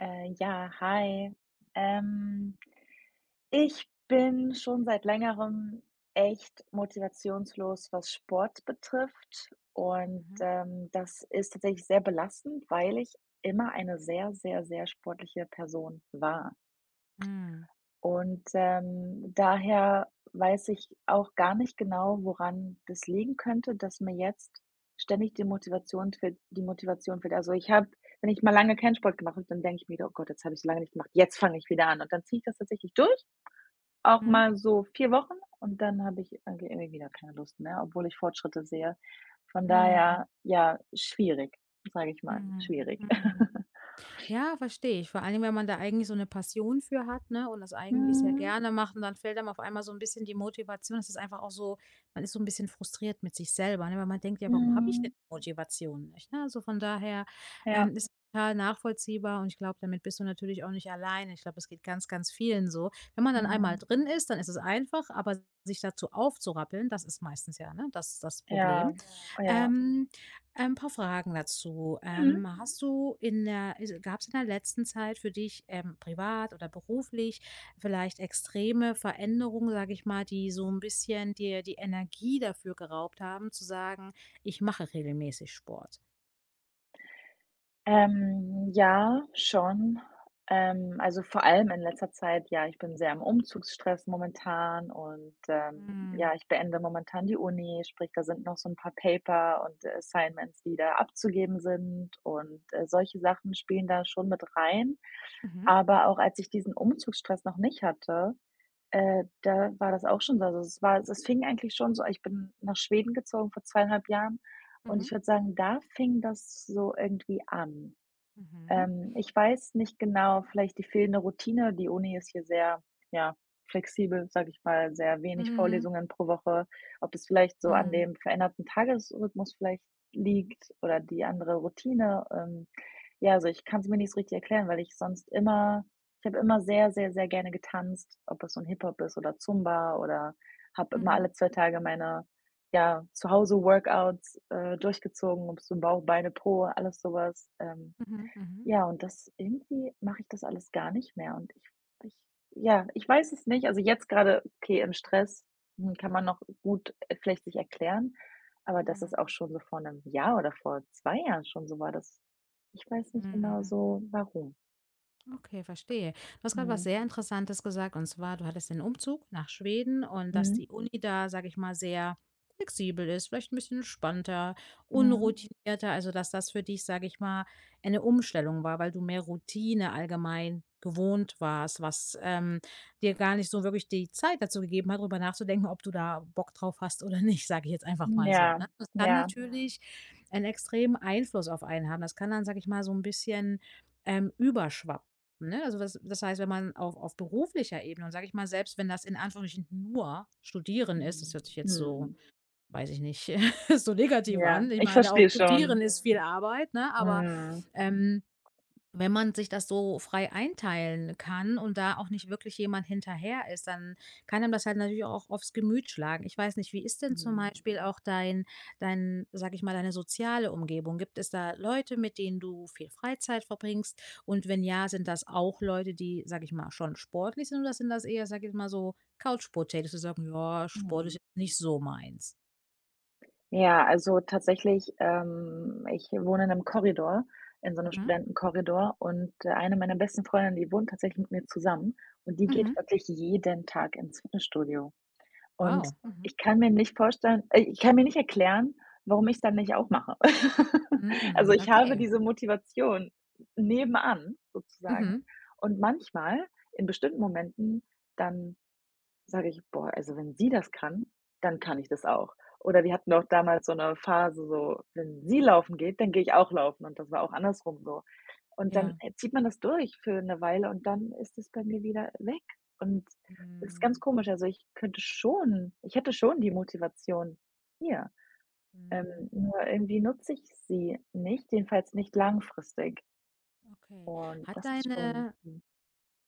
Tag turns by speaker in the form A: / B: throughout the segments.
A: Ja, hi. Ähm, Ich bin schon seit Längerem echt motivationslos, was Sport betrifft. Und
B: Mhm.
A: das ist tatsächlich sehr belastend, weil ich immer eine sehr, sehr, sehr sportliche Person war.
B: Mhm.
A: Und daher weiß ich auch gar nicht genau, woran das liegen könnte, dass mir jetzt ständig die Motivation fehlt. Also, ich habe wenn ich mal lange keinen Sport gemacht habe, dann denke ich mir: „Oh Gott, jetzt habe ich so lange nicht gemacht, jetzt fange ich wieder an.“ Und dann ziehe ich das tatsächlich durch, auch
B: Mhm.
A: mal so 4 Wochen, und dann habe ich irgendwie wieder keine Lust mehr, obwohl ich Fortschritte sehe. Von
B: Mhm.
A: daher, ja, schwierig, sage ich mal,
B: Mhm.
A: schwierig.
B: Mhm. Ja, verstehe ich. Vor allem, wenn man da eigentlich so eine Passion für hat, ne, und das eigentlich sehr
A: Mhm,
B: gerne macht und dann fällt einem auf einmal so ein bisschen die Motivation. Das ist einfach auch so. Man ist so ein bisschen frustriert mit sich selber, ne, weil man denkt: „Ja, warum habe ich
A: mhm,
B: denn die Motivation nicht?" Ne, also, von daher,
A: ja,
B: ist total nachvollziehbar und ich glaube, damit bist du natürlich auch nicht alleine. Ich glaube, es geht ganz, ganz vielen so. Wenn man dann einmal
A: mhm,
B: drin ist, dann ist es einfach, aber sich dazu aufzurappeln, das ist meistens ja, ne, das das Problem.
A: ja, ja.
B: Ähm, ein paar Fragen dazu.
A: Mhm.
B: Hast du in der gab es in der letzten Zeit für dich, privat oder beruflich vielleicht extreme Veränderungen, sage ich mal, die so ein bisschen dir die Energie dafür geraubt haben, zu sagen: „Ich mache regelmäßig Sport?"
A: Ja, schon. Also, vor allem in letzter Zeit, ja, ich bin sehr im Umzugsstress momentan und
B: Mhm.
A: ja, ich beende momentan die Uni, sprich, da sind noch so ein paar Paper und Assignments, die da abzugeben sind, und solche Sachen spielen da schon mit rein.
B: Mhm.
A: Aber auch als ich diesen Umzugsstress noch nicht hatte, da war das auch schon so. Also, es fing eigentlich schon so ich bin nach Schweden gezogen vor 2,5 Jahren, und
B: Mhm.
A: ich würde sagen, da fing das so irgendwie an.
B: Mhm.
A: Ich weiß nicht genau, vielleicht die fehlende Routine. Die Uni ist hier sehr, ja, flexibel, sage ich mal, sehr wenig
B: Mhm.
A: Vorlesungen pro Woche. Ob es vielleicht so an
B: Mhm.
A: dem veränderten Tagesrhythmus vielleicht liegt oder die andere Routine. Ja, also ich kann es mir nicht so richtig erklären, weil ich sonst immer ich habe immer sehr, sehr, sehr gerne getanzt, ob es so ein Hip-Hop ist oder Zumba oder habe immer alle
B: Mhm.
A: 2 Tage meine, ja, zu Hause Workouts durchgezogen, ob es nun Bauch, Beine, Po, alles sowas. Ähm,
B: Mhm. Mhm.
A: ja, und das mache ich das alles gar nicht mehr, und ich ja, ich weiß es nicht. Also, jetzt gerade okay, im Stress, kann man noch gut, vielleicht sich erklären, aber dass es auch
B: Mhm.
A: schon so vor einem Jahr oder vor 2 Jahren schon so war, das ich weiß
B: Mhm.
A: nicht genau
B: Mhm.
A: so warum.
B: Okay, verstehe. Du hast gerade was
A: Mhm.
B: sehr Interessantes gesagt und zwar, du hattest den Umzug nach Schweden und dass
A: Mhm.
B: die Uni da, sage ich mal, sehr flexibel ist, vielleicht ein bisschen entspannter,
A: Mhm.
B: unroutinierter, also dass das für dich, sage ich mal, eine Umstellung war, weil du mehr Routine allgemein gewohnt warst, was dir gar nicht so wirklich die Zeit dazu gegeben hat, darüber nachzudenken, ob du da Bock drauf hast oder nicht, sage ich jetzt einfach mal so.
A: Ja,
B: Ne? Das kann, ja,
A: ja.
B: natürlich einen extremen Einfluss auf einen haben. Das kann dann, sage ich mal, so ein bisschen überschwappen. Ne, also das das heißt, wenn man auf beruflicher Ebene und sage ich mal, selbst wenn das in Anführungsstrichen nur Studieren ist, das
A: Mhm.
B: hört sich jetzt so,
A: Mhm.
B: weiß ich nicht, so negativ
A: Ja,
B: an. Ich
A: ich
B: meine, auch
A: verstehe
B: Studieren
A: schon.
B: ist viel Arbeit, ne? Aber,
A: Mhm.
B: ähm, wenn man sich das so frei einteilen kann und da auch nicht wirklich jemand hinterher ist, dann kann einem das halt natürlich auch aufs Gemüt schlagen. Ich weiß nicht, wie ist denn zum
A: Mhm.
B: Beispiel auch dein sage ich mal, deine soziale Umgebung? Gibt es da Leute, mit denen du viel Freizeit verbringst? Und wenn ja, sind das auch Leute, die, sage ich mal, schon sportlich sind oder sind das eher, sage ich mal, so Couch Potatoes, die sagen, ja, Sport ist
A: Mhm.
B: jetzt nicht so meins?
A: Ja, also tatsächlich, ich wohne in einem Korridor, in so einem
B: Mhm.
A: Studentenkorridor, und eine meiner besten Freundinnen, die wohnt tatsächlich mit mir zusammen, und die
B: Mhm.
A: geht wirklich jeden Tag ins Fitnessstudio. Und
B: Wow. Mhm.
A: ich kann mir nicht vorstellen ich kann mir nicht erklären, warum ich's dann nicht auch mache. Also,
B: Mhm.
A: ich habe
B: Okay.
A: diese Motivation nebenan sozusagen,
B: Mhm.
A: und manchmal in bestimmten Momenten, dann sage ich: „Boah, also wenn sie das kann, dann kann ich das auch.“ Oder wir hatten auch damals so eine Phase so, wenn sie laufen geht, dann gehe ich auch laufen, und das war auch andersrum so. Und dann
B: Ja.
A: zieht man das durch für eine Weile, und dann ist es bei mir wieder weg und das ist ganz
B: Mhm.
A: komisch. Also, ich hätte schon die Motivation hier, ähm,
B: Mhm.
A: nur irgendwie nutze ich sie nicht, jedenfalls nicht langfristig,
B: Okay.
A: und
B: Hat
A: das ist schon
B: deine,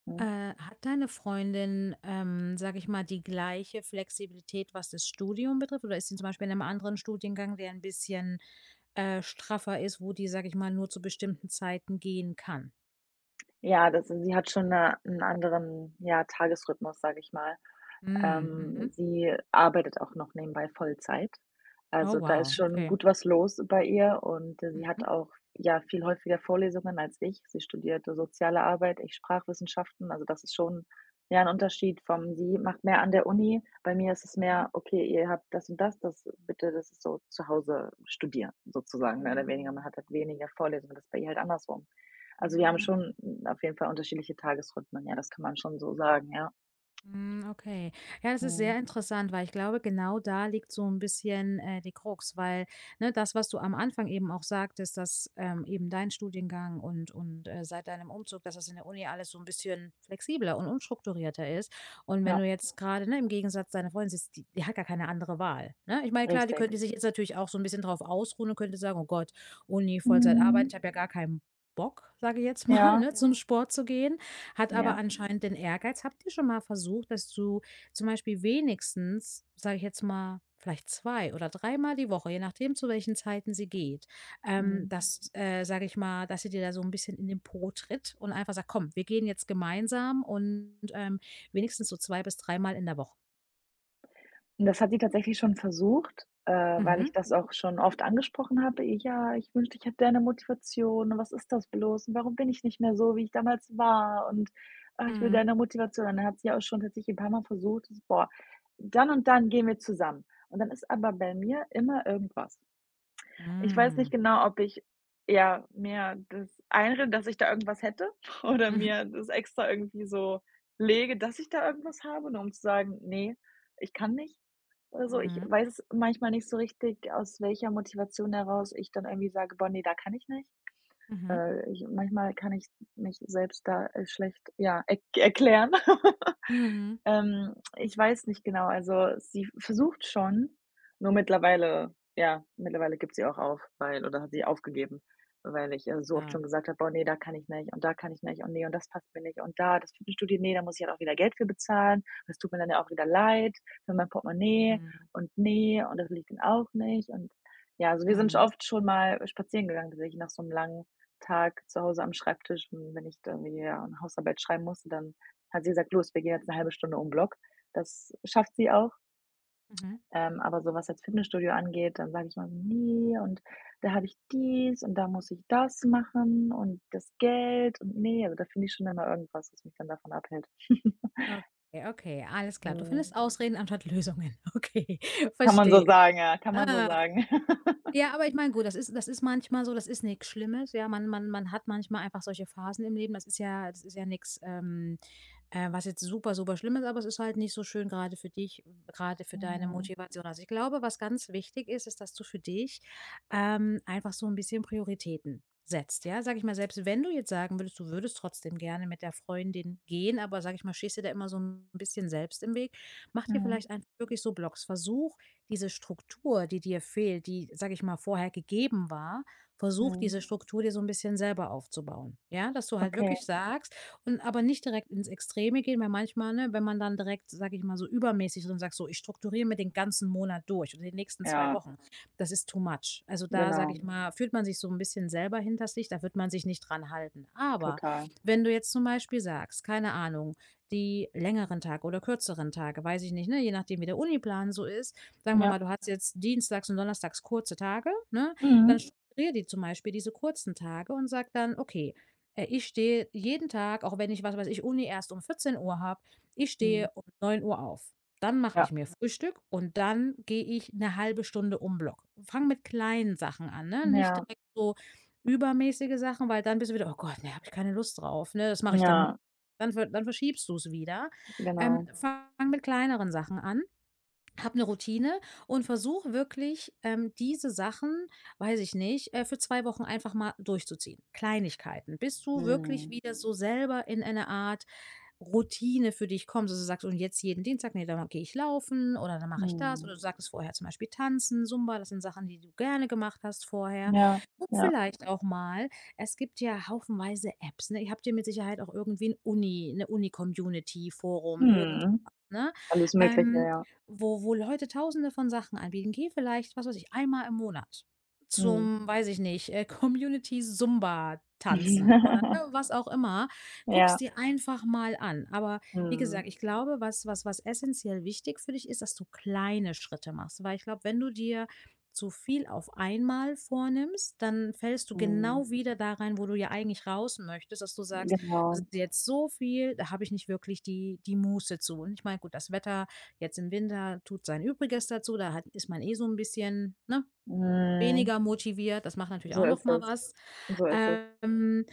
A: mhm.
B: äh, hat deine Freundin, sage ich mal, die gleiche Flexibilität, was das Studium betrifft? Oder ist sie zum Beispiel in einem anderen Studiengang, der ein bisschen straffer ist, wo die, sage ich mal, nur zu bestimmten Zeiten gehen kann?
A: Ja, das sie hat schon 'ne 'n anderen, ja, Tagesrhythmus, sage ich mal.
B: Mm, mhm.
A: Sie arbeitet auch noch nebenbei Vollzeit.
B: Oh,
A: Also, da ist
B: wow,
A: schon
B: okay.
A: gut was los bei ihr, und sie hat
B: Mhm.
A: auch, ja, viel häufiger Vorlesungen als ich. Sie studierte Soziale Arbeit, ich Sprachwissenschaften. Also, das ist schon, ja, ein Unterschied vom sie macht mehr an der Uni. Bei mir ist es
B: Mhm.
A: mehr: „Okay, ihr habt das und das, das bitte das ist so zu Hause studieren“, sozusagen, mehr oder weniger. Man
B: Mhm.
A: hat halt weniger Vorlesungen, das ist bei ihr halt andersrum. Also, wir haben
B: Mm, mm.
A: schon, auf jeden Fall unterschiedliche Tagesrhythmen. Ja, das kann man schon so sagen, ja.
B: Hm, okay. Ja, das ist
A: Mhm,
B: sehr interessant, weil ich glaube, genau da liegt so ein bisschen, die Krux, weil, ne, das, was du am Anfang eben auch sagtest, dass, eben dein Studiengang und seit deinem Umzug, dass das in der Uni alles so ein bisschen flexibler und unstrukturierter ist. Und wenn
A: ja.
B: du jetzt gerade ne, im Gegensatz deiner Freundin sitzt, die die hat gar keine andere Wahl, ne? Ich meine, klar, die
A: Richtig.
B: könnte sich jetzt natürlich auch so ein bisschen drauf ausruhen und könnte sagen: „Oh Gott, Uni, Vollzeit arbeiten,
A: Mhm.
B: ich habe ja gar keinen Bock", sage ich jetzt mal,
A: Ja,
B: ne, zum Sport zu gehen. Hat aber
A: ja.
B: anscheinend den Ehrgeiz. Habt ihr schon mal versucht, dass du zum Beispiel wenigstens, sage ich jetzt mal, vielleicht 2 oder dreimal die Woche, je nachdem, zu welchen Zeiten sie geht,
A: Mhm.
B: dass, sage ich mal dass ihr dir da so ein bisschen in den Po tritt und einfach sagt: „Komm, wir gehen jetzt gemeinsam" und, wenigstens so zwei bis dreimal in der Woche?
A: Und das hat sie tatsächlich schon versucht, weil
B: Mhm.
A: ich das auch schon oft angesprochen habe: „Ja, ich wünschte, ich hätte deine Motivation und was ist das bloß und warum bin ich nicht mehr so, wie ich damals war und ah, ich will
B: Mhm.
A: deine Motivation.“ Und dann hat sie auch schon tatsächlich ein paar Mal versucht: „Das- Boah, dann und dann gehen wir zusammen.“ Und dann ist aber bei mir immer irgendwas. Ich weiß nicht
B: Mhm.
A: genau, ob ich ja, mir das einrede, dass ich da irgendwas hätte oder mir das extra irgendwie so lege, dass ich da irgendwas habe, nur um zu sagen: „Nee, ich kann nicht“ oder so.
B: Mhm.
A: Ich
B: Mhm.
A: weiß manchmal nicht so richtig, aus welcher Motivation heraus ich dann irgendwie sage: „Boah, ne, da kann ich nicht.“
B: Mhm.
A: Ich manchmal kann ich mich selbst da schlecht, ja, erklären.
B: Mhm.
A: Ich weiß nicht genau. Also, sie versucht schon, nur mittlerweile gibt sie auch auf, weil oder hat sie aufgegeben, weil ich ihr so oft
B: Ja.
A: schon gesagt habe: „Boah, ne, da kann ich nicht und da kann ich nicht und nee und das passt mir nicht und da das Fitnessstudio, nee, da muss ich halt auch wieder Geld für bezahlen. Das tut mir dann ja auch wieder leid für mein Portemonnaie
B: Mhm.
A: und nee und das liegt ich dann auch nicht.“ Und ja, also, wir sind sch
B: Mhm.
A: oft schon mal spazieren gegangen, tatsächlich nach so einem langen Tag zu Hause am Schreibtisch. Wenn ich da irgendwie, ja, 'ne Hausarbeit schreiben musste, dann hat sie gesagt: „Los, wir gehen jetzt eine halbe Stunde um den Block.“ Das schafft sie auch,
B: Mhm.
A: aber so was jetzt Fitnessstudio angeht, dann sage ich mal so, nee und da habe ich dies und da muss ich das machen und das Geld und nee, also da finde ich schon immer irgendwas, was mich dann davon abhält.
B: Okay, okay, alles klar. Du
A: Mhm.
B: findest Ausreden anstatt Lösungen. Okay,
A: Kann man so
B: verstehe.
A: sagen, ja, kann man so
B: Ah.
A: sagen.
B: Ja, aber ich meine, gut, das ist manchmal so, das ist nix Schlimmes, ja. Man hat manchmal einfach solche Phasen im Leben. Das ist ja nix, was jetzt super, super schlimm ist, aber es ist halt nicht so schön gerade für dich, gerade für deine
A: Mhm.
B: Motivation. Also, ich glaube, was ganz wichtig ist, ist, dass du für dich, einfach so ein bisschen Prioritäten setzt, ja? Sag ich mal, selbst wenn du jetzt sagen würdest, du würdest trotzdem gerne mit der Freundin gehen, aber, sag ich mal, stehst du da immer so ein bisschen selbst im Weg, mach dir
A: Mhm.
B: vielleicht einfach wirklich so Blocks. Versuch diese Struktur, die dir fehlt, die, sage ich mal, vorher gegeben war, versuch
A: Mhm.
B: diese Struktur dir so ein bisschen selber aufzubauen. Ja, dass du halt
A: Okay.
B: wirklich sagst und aber nicht direkt ins Extreme gehen, weil manchmal, ne, wenn man dann direkt, sage ich mal, so übermäßig drin sagt: „So, ich strukturiere mir den ganzen Monat durch oder die nächsten zwei
A: Ja,
B: Wochen.“ Das ist too much. Also, da, sage
A: genau,
B: ich mal, fühlt man sich so ein bisschen selber hinter sich, da wird man sich nicht dran halten. Aber
A: total.
B: wenn du jetzt zum Beispiel sagst, keine Ahnung, die längeren Tage oder kürzeren Tage, weiß ich nicht, ne, je nachdem, wie der Uniplan so ist, sagen wir
A: Ja.
B: mal, du hast jetzt dienstags und donnerstags kurze Tage, ne?
A: Mhm.
B: Dann strukturiere die zum Beispiel diese kurzen Tage und sag dann: „Okay, ich stehe jeden Tag, auch wenn ich, was weiß ich, Uni erst um 14 Uhr habe, ich
A: Mhm.
B: stehe um 9 Uhr auf. Dann mache
A: Ja.
B: ich mir Frühstück und dann gehe ich eine halbe Stunde um Block." Fang mit kleinen Sachen an, ne? Nicht
A: Ja.
B: direkt so übermäßige Sachen, weil dann bist du wieder: „Oh Gott, ne, habe ich keine Lust drauf, ne? Das mache ich dann morgen."
A: Ja,
B: Dann verschiebst du's wieder.
A: genau.
B: Fang mit kleineren Sachen an, hab eine Routine und versuche wirklich, diese Sachen, weiß ich nicht, für 2 Wochen einfach mal durchzuziehen. Kleinigkeiten, bis du wirklich
A: Mhm.
B: wieder so selber in eine Art Routine für dich kommst, dass du sagst: „Und jetzt jeden Dienstag, nee, dann gehe ich laufen oder dann mache ich das."
A: Mhm.
B: Oder du sagtest vorher zum Beispiel Tanzen, Zumba, das sind Sachen, die du gerne gemacht hast vorher.
A: Ja,
B: Und
A: ja.
B: vielleicht auch mal, es gibt ja haufenweise Apps, ne? Ihr habt ja mit Sicherheit auch irgendwie 'n Uni 'ne Uni-Community, Forum, irgendwas,
A: Mhm.
B: ne?
A: Alles Mögliche,
B: Ähm,
A: ja.
B: wo Leute Tausende von Sachen anbieten. Geh vielleicht, was weiß ich, einmal im Monat
A: Mhm.
B: zum, weiß ich nicht, Community Zumba tanzen oder, ne, was auch immer. Guck's
A: Ja.
B: dir einfach mal an. Aber wie
A: Mhm.
B: gesagt, ich glaube, was essentiell wichtig für dich ist, dass du kleine Schritte machst, weil ich glaube, wenn du dir zu viel auf einmal vornimmst, dann fällst du
A: Mhm.
B: genau wieder da rein, wo du ja eigentlich raus möchtest, dass du sagst: „Das
A: Genau.
B: ist jetzt so viel, da habe ich nicht wirklich die die Muße zu." Und ich meine, gut, das Wetter jetzt im Winter tut sein Übriges dazu, da hat ist man eh so ein bisschen, ne,
A: Mhm.
B: weniger motiviert. Das macht natürlich
A: So
B: auch noch
A: ist
B: mal
A: es.
B: was.
A: So ist es.
B: Ähm,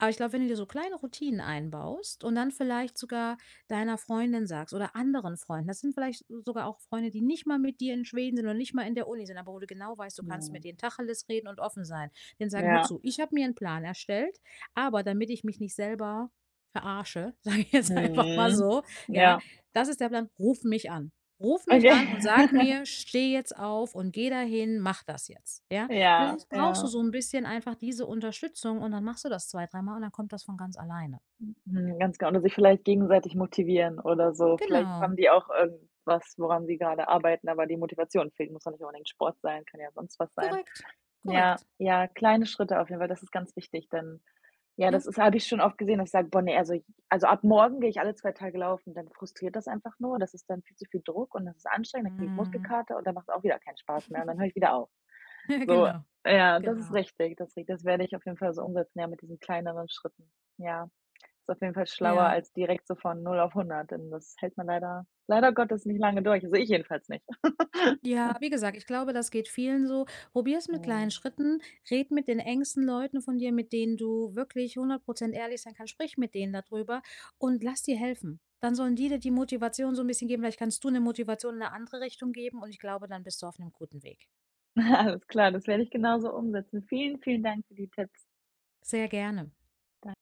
B: aber ich glaube, wenn du dir so kleine Routinen einbaust und dann vielleicht sogar deiner Freundin sagst oder anderen Freunden, das sind vielleicht sogar auch Freunde, die nicht mal mit dir in Schweden sind oder nicht mal in der Uni sind, aber wo du genau weißt, du kannst mit
A: Mhm.
B: denen Tacheles reden und offen sein. Denen sagen, hör
A: Ja.
B: zu, ich habe mir einen Plan erstellt, aber damit ich mich nicht selber verarsche, sage ich jetzt einfach mal
A: Mhm.
B: so, ja,
A: Ja.
B: das ist der Plan, ruf mich an. Ruf mich
A: Okay.
B: an und sag mir, steh jetzt auf und geh dahin, mach das jetzt. Ja,
A: Ja,
B: vielleicht brauchst du
A: ja.
B: so ein bisschen einfach diese Unterstützung und dann machst du das 2, dreimal und dann kommt das von ganz alleine.
A: Mhm, ganz genau. Oder sich vielleicht gegenseitig motivieren oder so. Vielleicht haben
B: Genau,
A: die auch irgendwas, woran sie gerade arbeiten, aber die Motivation fehlt. Muss ja nicht unbedingt Sport sein, kann ja sonst was sein.
B: korrekt,
A: Ja,
B: korrekt,
A: ja, kleine Schritte auf jeden Fall, das ist ganz wichtig, denn ja,
B: ja.
A: das ist habe ich schon oft gesehen, dass ich sage: „Boah, ne, also, ab morgen gehe ich alle 2 Tage laufen.“ Dann frustriert das einfach nur. Das ist dann viel zu viel Druck und das ist anstrengend, dann kriege ich
B: Mhm.
A: Muskelkater und dann macht's auch wieder keinen Spaß mehr und dann höre ich wieder auf.
B: Ja,
A: So,
B: genau,
A: ja, das ist
B: genau.
A: richtig, das ri das werde ich auf jeden Fall so umsetzen, ja, mit diesen kleineren Schritten. Ja, ist auf jeden Fall schlauer
B: Ja.
A: als direkt so von null auf hundert, denn das hält man leider Gottes nicht lange durch. Also, ich jedenfalls nicht.
B: Ja, wie gesagt, ich glaube, das geht vielen so. Probier's mit
A: Ja.
B: kleinen Schritten, red mit den engsten Leuten von dir, mit denen du wirklich 100% ehrlich sein kannst. Sprich mit denen darüber und lass dir helfen. Dann sollen die dir die Motivation so ein bisschen geben. Vielleicht kannst du eine Motivation in eine andere Richtung geben und ich glaube, dann bist du auf einem guten Weg.
A: Alles klar, das werde ich genauso umsetzen. Vielen, vielen Dank für die Tipps.
B: Sehr gerne.
A: Dan